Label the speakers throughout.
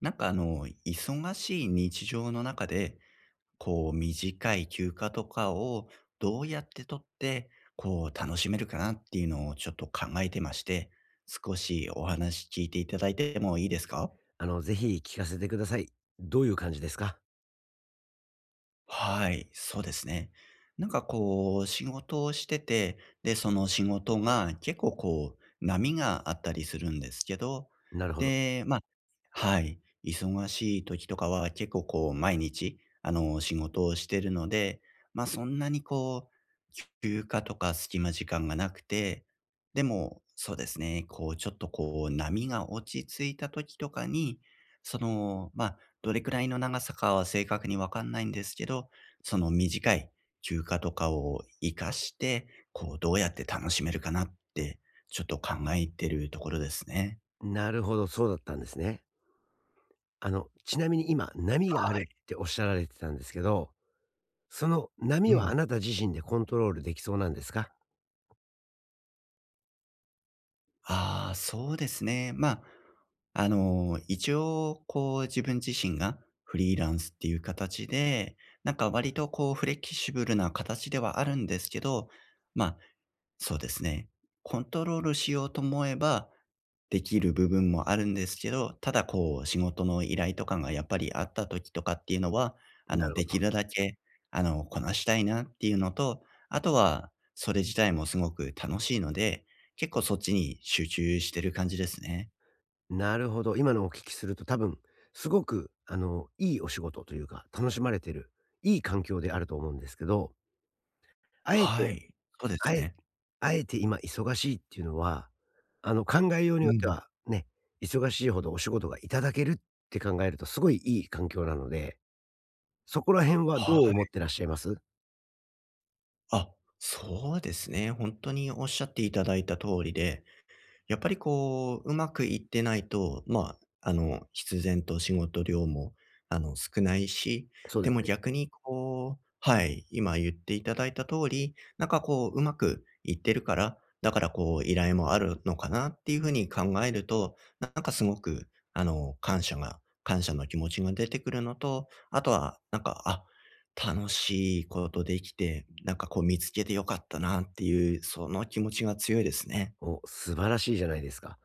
Speaker 1: 忙しい日常の中で、短い休暇とかをどうやって取って、楽しめるかなっていうのをちょっと考えてまして、少しお話聞いていただいてもいいですか？
Speaker 2: あの、ぜひ聞かせてください。どういう感じですか？
Speaker 1: はい、そうですね。仕事をしてて、で、その仕事が結構波があったりするんですけど、
Speaker 2: なるほど。
Speaker 1: で、まあ、はい、忙しい時とかは結構毎日、仕事をしてるので、まあそんなにこう、休暇とか隙間時間がなくて、でも、そうですね、こう、ちょっとこう、波が落ち着いた時とかに、その、まあ、どれくらいの長さかは正確にわかんないんですけど、その短い休暇とかを活かして、どうやって楽しめるかなって、ちょっと考えてるところですね。
Speaker 2: なるほど、そうだったんですね。あの、ちなみに今、波があるっておっしゃられてたんですけど、その
Speaker 1: う
Speaker 2: 波は
Speaker 1: ん。
Speaker 2: あなた自身でコントロールできそうなんですか？
Speaker 1: ああ、そうですね。一応、自分自身がフリーランスっていう形で、なんか割とフレキシブルな形ではあるんですけど、まあ、そうですね。コントロールしようと思えば、できる部分もあるんですけど、ただ仕事の依頼とかがやっぱりあった時とかっていうのは、
Speaker 2: なるほ
Speaker 1: でき
Speaker 2: ど。
Speaker 1: るだけ、こなしたいなっていうのと、あとは、それ自体もすごく楽しいので、結構そっちに集中してる感じですね。
Speaker 2: なるほど。今のお聞きすると多分、すごく、あの、いいお仕事というか、楽しまれてる、いい環境であると思うんですけど、あえ
Speaker 1: は
Speaker 2: て、
Speaker 1: い。そうで
Speaker 2: あ
Speaker 1: す
Speaker 2: え
Speaker 1: ね。
Speaker 2: あえて今忙しいっていうのは、あの、考えように
Speaker 1: う
Speaker 2: よって
Speaker 1: ん。
Speaker 2: は、ね、忙しいほどお仕事がいただけるって考えると、すごいいい環境なので、そこら辺はど
Speaker 1: は
Speaker 2: う思
Speaker 1: い。
Speaker 2: ってらっしゃいます
Speaker 1: あ、そうですね。本当におっしゃっていただいた通りで、やっぱりうまくいってないと、必然と仕事量も、少ないし、
Speaker 2: そうで
Speaker 1: で
Speaker 2: す
Speaker 1: も
Speaker 2: ね。
Speaker 1: 逆にはい、今言っていただいた通り、うまくいってるから、だから依頼もあるのかなっていう風に考えると、なんかすごく、感謝の気持ちが出てくるのと、あとはなんか、あ、楽しいことできて、見つけてよかったなっていう、その気持ちが強いですね。
Speaker 2: お、素晴らしいじゃないですか。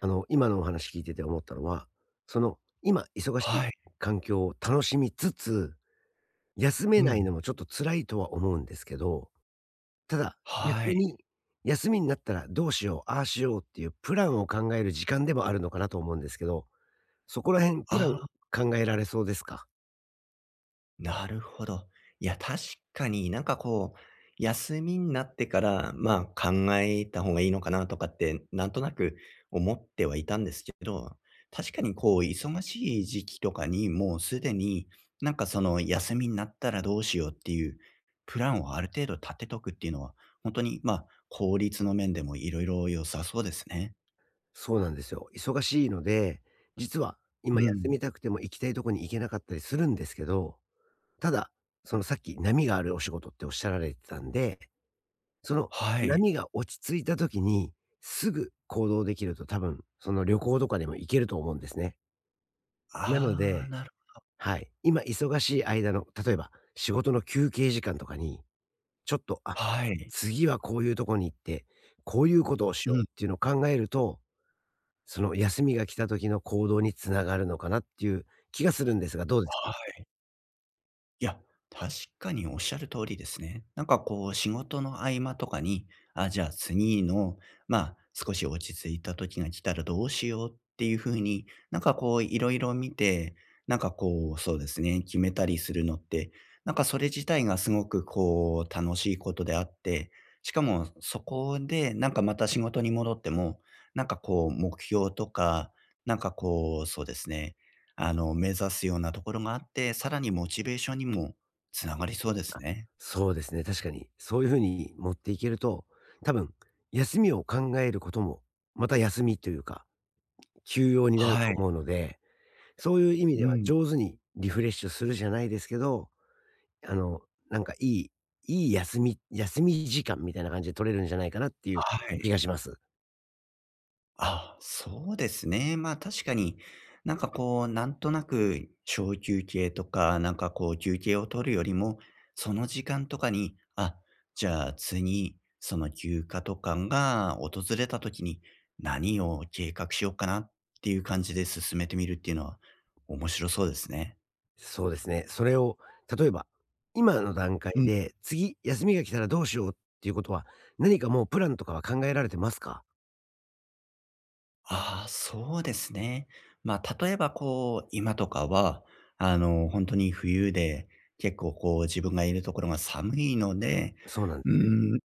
Speaker 2: あの、今のお話聞いてて思ったのは、その、今忙しい
Speaker 1: はい。
Speaker 2: 環境を楽しみつつ、休
Speaker 1: う
Speaker 2: めないの
Speaker 1: ん。
Speaker 2: もちょっと辛いとは思うんですけど、ただ、逆
Speaker 1: はい。
Speaker 2: に、休みになったらどうしよう、ああしようっていうプランを考える時間でもあるのかなと思うんですけど、そこら辺プラン
Speaker 1: ああ、
Speaker 2: 考えられそうですか？
Speaker 1: なるほど。いや、確かに休みになってから、まあ、考えた方がいいのかなとかって、なんとなく思ってはいたんですけど、確かに忙しい時期とかに、もうすでに、休みになったらどうしようっていう、プランをある程度立てとくっていうのは、本当に、まあ、効率の面でもいろいろ良さそうですね。
Speaker 2: そうなんですよ。忙しいので、実は今
Speaker 1: う
Speaker 2: 休み
Speaker 1: ん。
Speaker 2: たくても行きたいとこに行けなかったりするんですけど、ただ、そのさっき波があるお仕事っておっしゃられてたんで、その
Speaker 1: はい。
Speaker 2: 波が落ち着いた時に、すぐ行動できると多分、その旅行とかでも行けると思うんですね。なの
Speaker 1: ああ、
Speaker 2: で、
Speaker 1: なる
Speaker 2: はい、今忙しい間の、例えば仕事の休憩時間とかに、ちょっと、あ、
Speaker 1: はい。
Speaker 2: 次はこういうとこに行って、こういうことをし
Speaker 1: う
Speaker 2: よう
Speaker 1: ん。
Speaker 2: っていうのを考えると、その休みが来た時の行動につながるのかなっていう気がするんですが、どうですか？
Speaker 1: はい。いや、確かにおっしゃる通りですね。仕事の合間とかに、あ、じゃあ次の、まあ、少し落ち着いた時が来たらどうしようっていう風に、いろいろ見て、そうですね、決めたりするのって、なんかそれ自体がすごく楽しいことであって、しかもそこで、なんかまた仕事に戻っても、目標とか、なんかこう、そうですね、目指すようなところがあって、さらにモチベーションにもつながりそうですね。
Speaker 2: そうですね、確かに。そういうふうに持っていけると、多分休みを考えることも、また休みというか、休養になる
Speaker 1: は
Speaker 2: と
Speaker 1: い。
Speaker 2: 思うので、そういう意味
Speaker 1: う
Speaker 2: では
Speaker 1: ん。
Speaker 2: 上手にリフレッシュするじゃないですけど、あの、なんかいい休み時間みたいな感じで取れるんじゃないかなっていう
Speaker 1: は
Speaker 2: 気が
Speaker 1: い。
Speaker 2: します。
Speaker 1: あ、そうですね。まあ、確かに、なんとなく小休憩とか、休憩を取るよりも、その時間とかに、あ、じゃあ次、その休暇とかが訪れた時に何を計画しようかなっていう感じで進めてみるっていうのは面白そうですね。
Speaker 2: そうですね。それを例えば、今の段階
Speaker 1: うん。
Speaker 2: で、次休みが来たらどうしようっていうことは、何かもうプランとかは考えられてますか？
Speaker 1: ああ、そうですね。まあ、例えば今とかは、あの、本当に冬で、結構自分がいるところが寒いので、
Speaker 2: そうなんで
Speaker 1: う
Speaker 2: す。
Speaker 1: ん。ーん、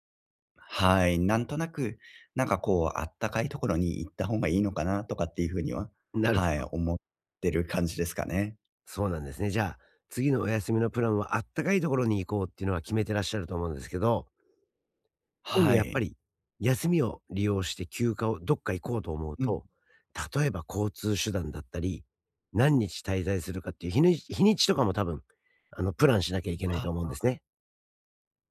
Speaker 1: はい、なんとなく、あったかいところに行った方がいいのかなとかっていう風には、
Speaker 2: なるほ
Speaker 1: はい、
Speaker 2: ど。
Speaker 1: 思ってる感じですかね。
Speaker 2: そうなんですね。じゃあ、次のお休みのプランはあったかいところに行こうっていうのは決めてらっしゃると思うんですけど今度
Speaker 1: は
Speaker 2: やっぱ
Speaker 1: い。
Speaker 2: り、休みを利用して休暇をどっか行こうと思う
Speaker 1: うん。
Speaker 2: と、例えば交通手段だったり、何日滞在するかっていう日にちとかも多分、あの、プランしなきゃいけない
Speaker 1: あ、
Speaker 2: と思うんですね。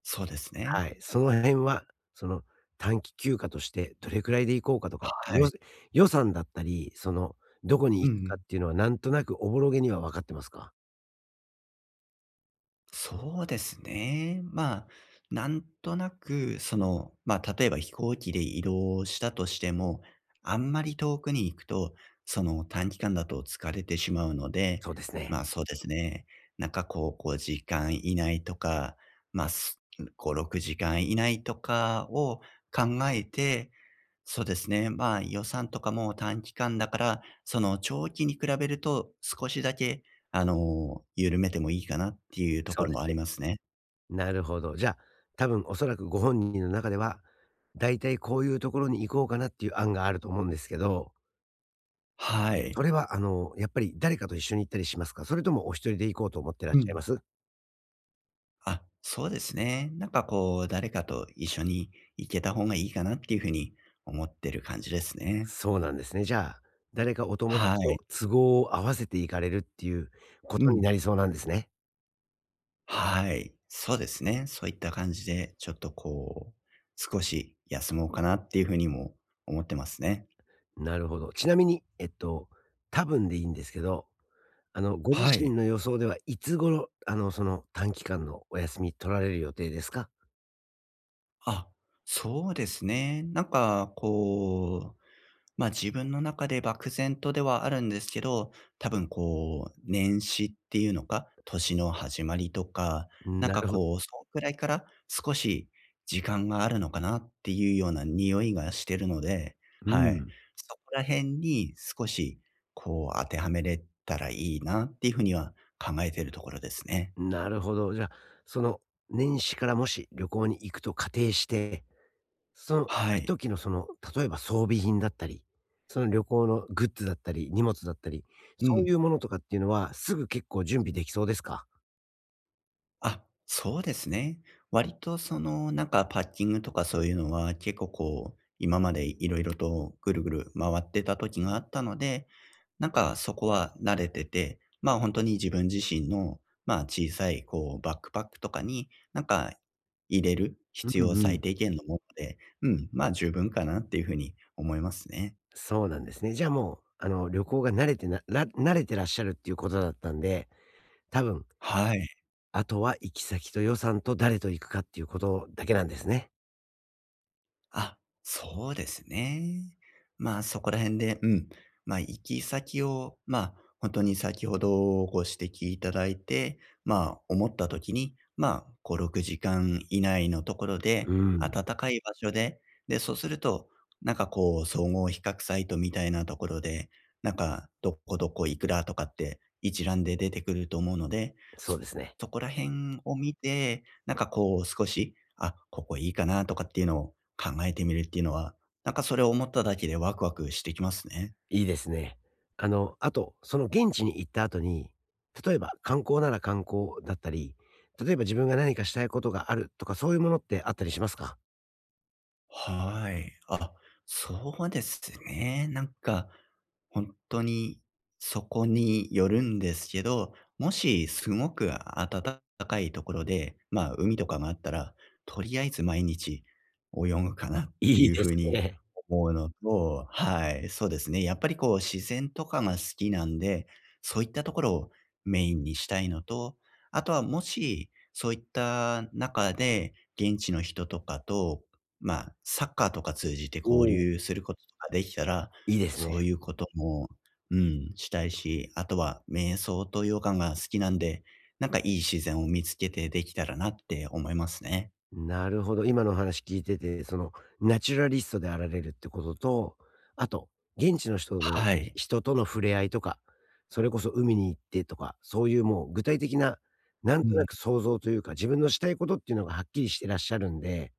Speaker 1: そうですね。
Speaker 2: はい。その辺は、その、短期休暇としてどれくらいで行こうかとか、
Speaker 1: はい。
Speaker 2: 予算だったり、その、どこに
Speaker 1: うん
Speaker 2: 行
Speaker 1: う
Speaker 2: くかっ
Speaker 1: ん。
Speaker 2: ていうのはなんとなくおぼろげには分かってますか？
Speaker 1: そうですね。まあ、なんとなく、例えば飛行機で移動したとしても、あんまり遠くに行くと、その短期間だと疲れてしまうので、
Speaker 2: そうですね。
Speaker 1: まあそうですね。時間以内とか、まあす5、6時間以内とかを考えて、そうですね。まあ、予算とかも短期間だから、その長期に比べると少しだけ、緩めてもいいかなっていうと
Speaker 2: そ
Speaker 1: こ
Speaker 2: う
Speaker 1: ろ
Speaker 2: で
Speaker 1: もあ
Speaker 2: す
Speaker 1: り
Speaker 2: ね。
Speaker 1: ますね。
Speaker 2: なるほど。じゃあ、多分おそらくご本人の中では、だいたいこういうところに行こうかなっていう案があると思うんですけど、
Speaker 1: は
Speaker 2: そ
Speaker 1: い。
Speaker 2: れはあの、やっぱり誰かと一緒に行ったりしますか？それともお一人で行こうと思ってらっ
Speaker 1: う
Speaker 2: しゃい
Speaker 1: ん。
Speaker 2: ます？
Speaker 1: あ、そうですね。誰かと一緒に行けた方がいいかなっていうふうに思ってる感じですね。
Speaker 2: そうなんですね。じゃあ、誰かお友
Speaker 1: は
Speaker 2: 達と
Speaker 1: い。
Speaker 2: 都合を合わせて行かれるっていうこ
Speaker 1: う
Speaker 2: とにな
Speaker 1: ん。
Speaker 2: りそうなんですね。
Speaker 1: はい。そうですね。そういった感じで、ちょっとこう、少し休もうかなっていうふうにも思ってますね。
Speaker 2: なるほど。ちなみに、多分でいいんですけど、あの、ご自
Speaker 1: は
Speaker 2: 身
Speaker 1: い。
Speaker 2: の予想ではいつ頃、あの、その短期間のお休み取られる予定ですか？
Speaker 1: あ、そうですね。自分の中で漠然とではあるんですけど、多分年始っていうのか、年の始まりとか、
Speaker 2: なるほど。
Speaker 1: そのくらいから少し時間があるのかなっていうような匂いがしてるので、
Speaker 2: う
Speaker 1: はい。
Speaker 2: ん。
Speaker 1: そこら辺に少し、当てはめれたらいいなっていうふうには考えてるところですね。
Speaker 2: なるほど。じゃあ、その、年始からもし旅行に行くと仮定して、その行
Speaker 1: は
Speaker 2: く
Speaker 1: い。
Speaker 2: 時のその、例えば装備品だったり、その旅行のグッズだったり、荷物だったり、
Speaker 1: う
Speaker 2: そう
Speaker 1: ん。
Speaker 2: いうものとかっていうのは、すぐ結構準備できそうですか？
Speaker 1: あ、そうですね。割となんかパッキングとかそういうのは結構今までいろいろとぐるぐる回ってた時があったので、なんかそこは慣れてて、まあ本当に自分自身の、まあ小さいバックパックとかに、なんか入れる
Speaker 2: う
Speaker 1: 必要
Speaker 2: んうん。
Speaker 1: 最低限のもので、うん、まあ十分かなっていうふうに思いますね。
Speaker 2: そうなんですね。じゃあもう、あの、旅行が慣れてらっしゃるっていうことだったんで、多分、
Speaker 1: はい。
Speaker 2: あとは行き先と予算と誰と行くかっていうことだけなんですね。
Speaker 1: あ、そうですね。まあ、そこら辺で、うん。まあ、行き先を、まあ、本当に先ほどご指摘いただいて、まあ、思った時に、まあ、5、6時間以内のところ
Speaker 2: う
Speaker 1: で、
Speaker 2: ん、
Speaker 1: 暖かい場所で、で、そうすると、総合比較サイトみたいなところで、なんか、どこどこいくらとかって一覧で出てくると思うので、
Speaker 2: そ
Speaker 1: そ
Speaker 2: うですね。
Speaker 1: そこら辺を見て、少し、あ、ここいいかなとかっていうのを考えてみるっていうのは、なんかそれを思っただけでワクワクしてきますね。
Speaker 2: いいですね。あの、あと、その現地に行った後に、例えば観光なら観光だったり、例えば自分が何かしたいことがあるとか、そういうものってあったりしますか？
Speaker 1: はい。あ、そうですね。なんか、本当にそこによるんですけど、もしすごく暖かいところで、まあ、海とかがあったら、とりあえず毎日泳ぐかなっ て
Speaker 2: いい
Speaker 1: いう
Speaker 2: で
Speaker 1: 風
Speaker 2: す
Speaker 1: に
Speaker 2: ね。
Speaker 1: 思うのと、はい、そうですね。やっぱり自然とかが好きなんで、そういったところをメインにしたいのと、あとはもし、そういった中で現地の人とかと、まあ、サッカーとか通じて交
Speaker 2: おお、
Speaker 1: 流することとかできたら、
Speaker 2: いいですね。
Speaker 1: そういうことも、うん、したいし、あとは瞑想とヨガが好きなんで、なんかいい自然を見つけてできたらなって思いますね。
Speaker 2: なるほど。今のお話聞いてて、そのナチュラリストであられるってことと、あと、現地の人の
Speaker 1: はい。
Speaker 2: 人との触れ合いとか、それこそ海に行ってとか、そういうもう具体的な、なん
Speaker 1: う
Speaker 2: とな
Speaker 1: ん。
Speaker 2: く想像というか、自分のしたいことっていうのがはっきりしてらっしゃるんで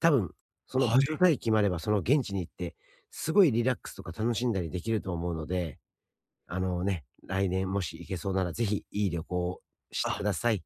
Speaker 2: 多分、その
Speaker 1: は
Speaker 2: 場所
Speaker 1: い。
Speaker 2: さえ決まれば、その現地に行って、すごいリラックスとか楽しんだりできると思うので、あのね、来年もし行けそうなら、ぜひいい旅行をし
Speaker 1: あ
Speaker 2: てください。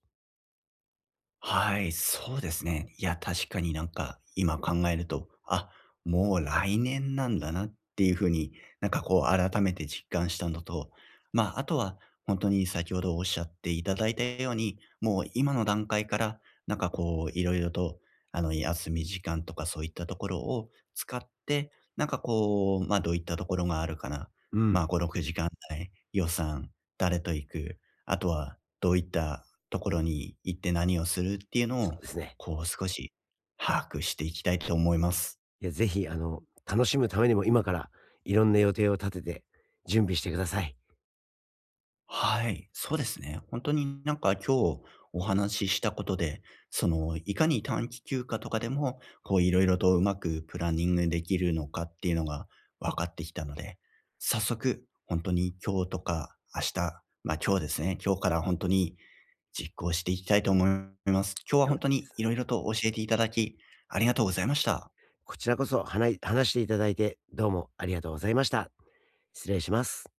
Speaker 1: はい、そうですね。いや、確かになんか今考えると、あ、もう来年なんだなっていう風に、改めて実感したのと、まあ、あとは本当に先ほどおっしゃっていただいたように、もう今の段階から、色々と、休み時間とかそういったところを使って、どういったところがあるかな、
Speaker 2: うん、
Speaker 1: まあ、5、6時間内、予算、誰と行く、あとはどういったところに行って何をするっていうの
Speaker 2: そう
Speaker 1: を、
Speaker 2: ですね。
Speaker 1: 少し把握していきたいと思います。
Speaker 2: いや、ぜひあの、楽しむためにも今から、いろんな予定を立てて準備してください。
Speaker 1: はい、そうですね。本当になんか今日お話ししたことで、その、いかに短期休暇とかでも、いろいろとうまくプランニングできるのかっていうのが分かってきたので、早速本当に今日とか明日、今日ですね、今日から本当に実行していきたいと思います。今日は
Speaker 2: よか
Speaker 1: 本
Speaker 2: っ
Speaker 1: 当
Speaker 2: たで
Speaker 1: に
Speaker 2: す。
Speaker 1: いろいろと教えていただき、ありがとうございました。
Speaker 2: こちらこそ、はない話していただいて、どうもありがとうございました。失礼します。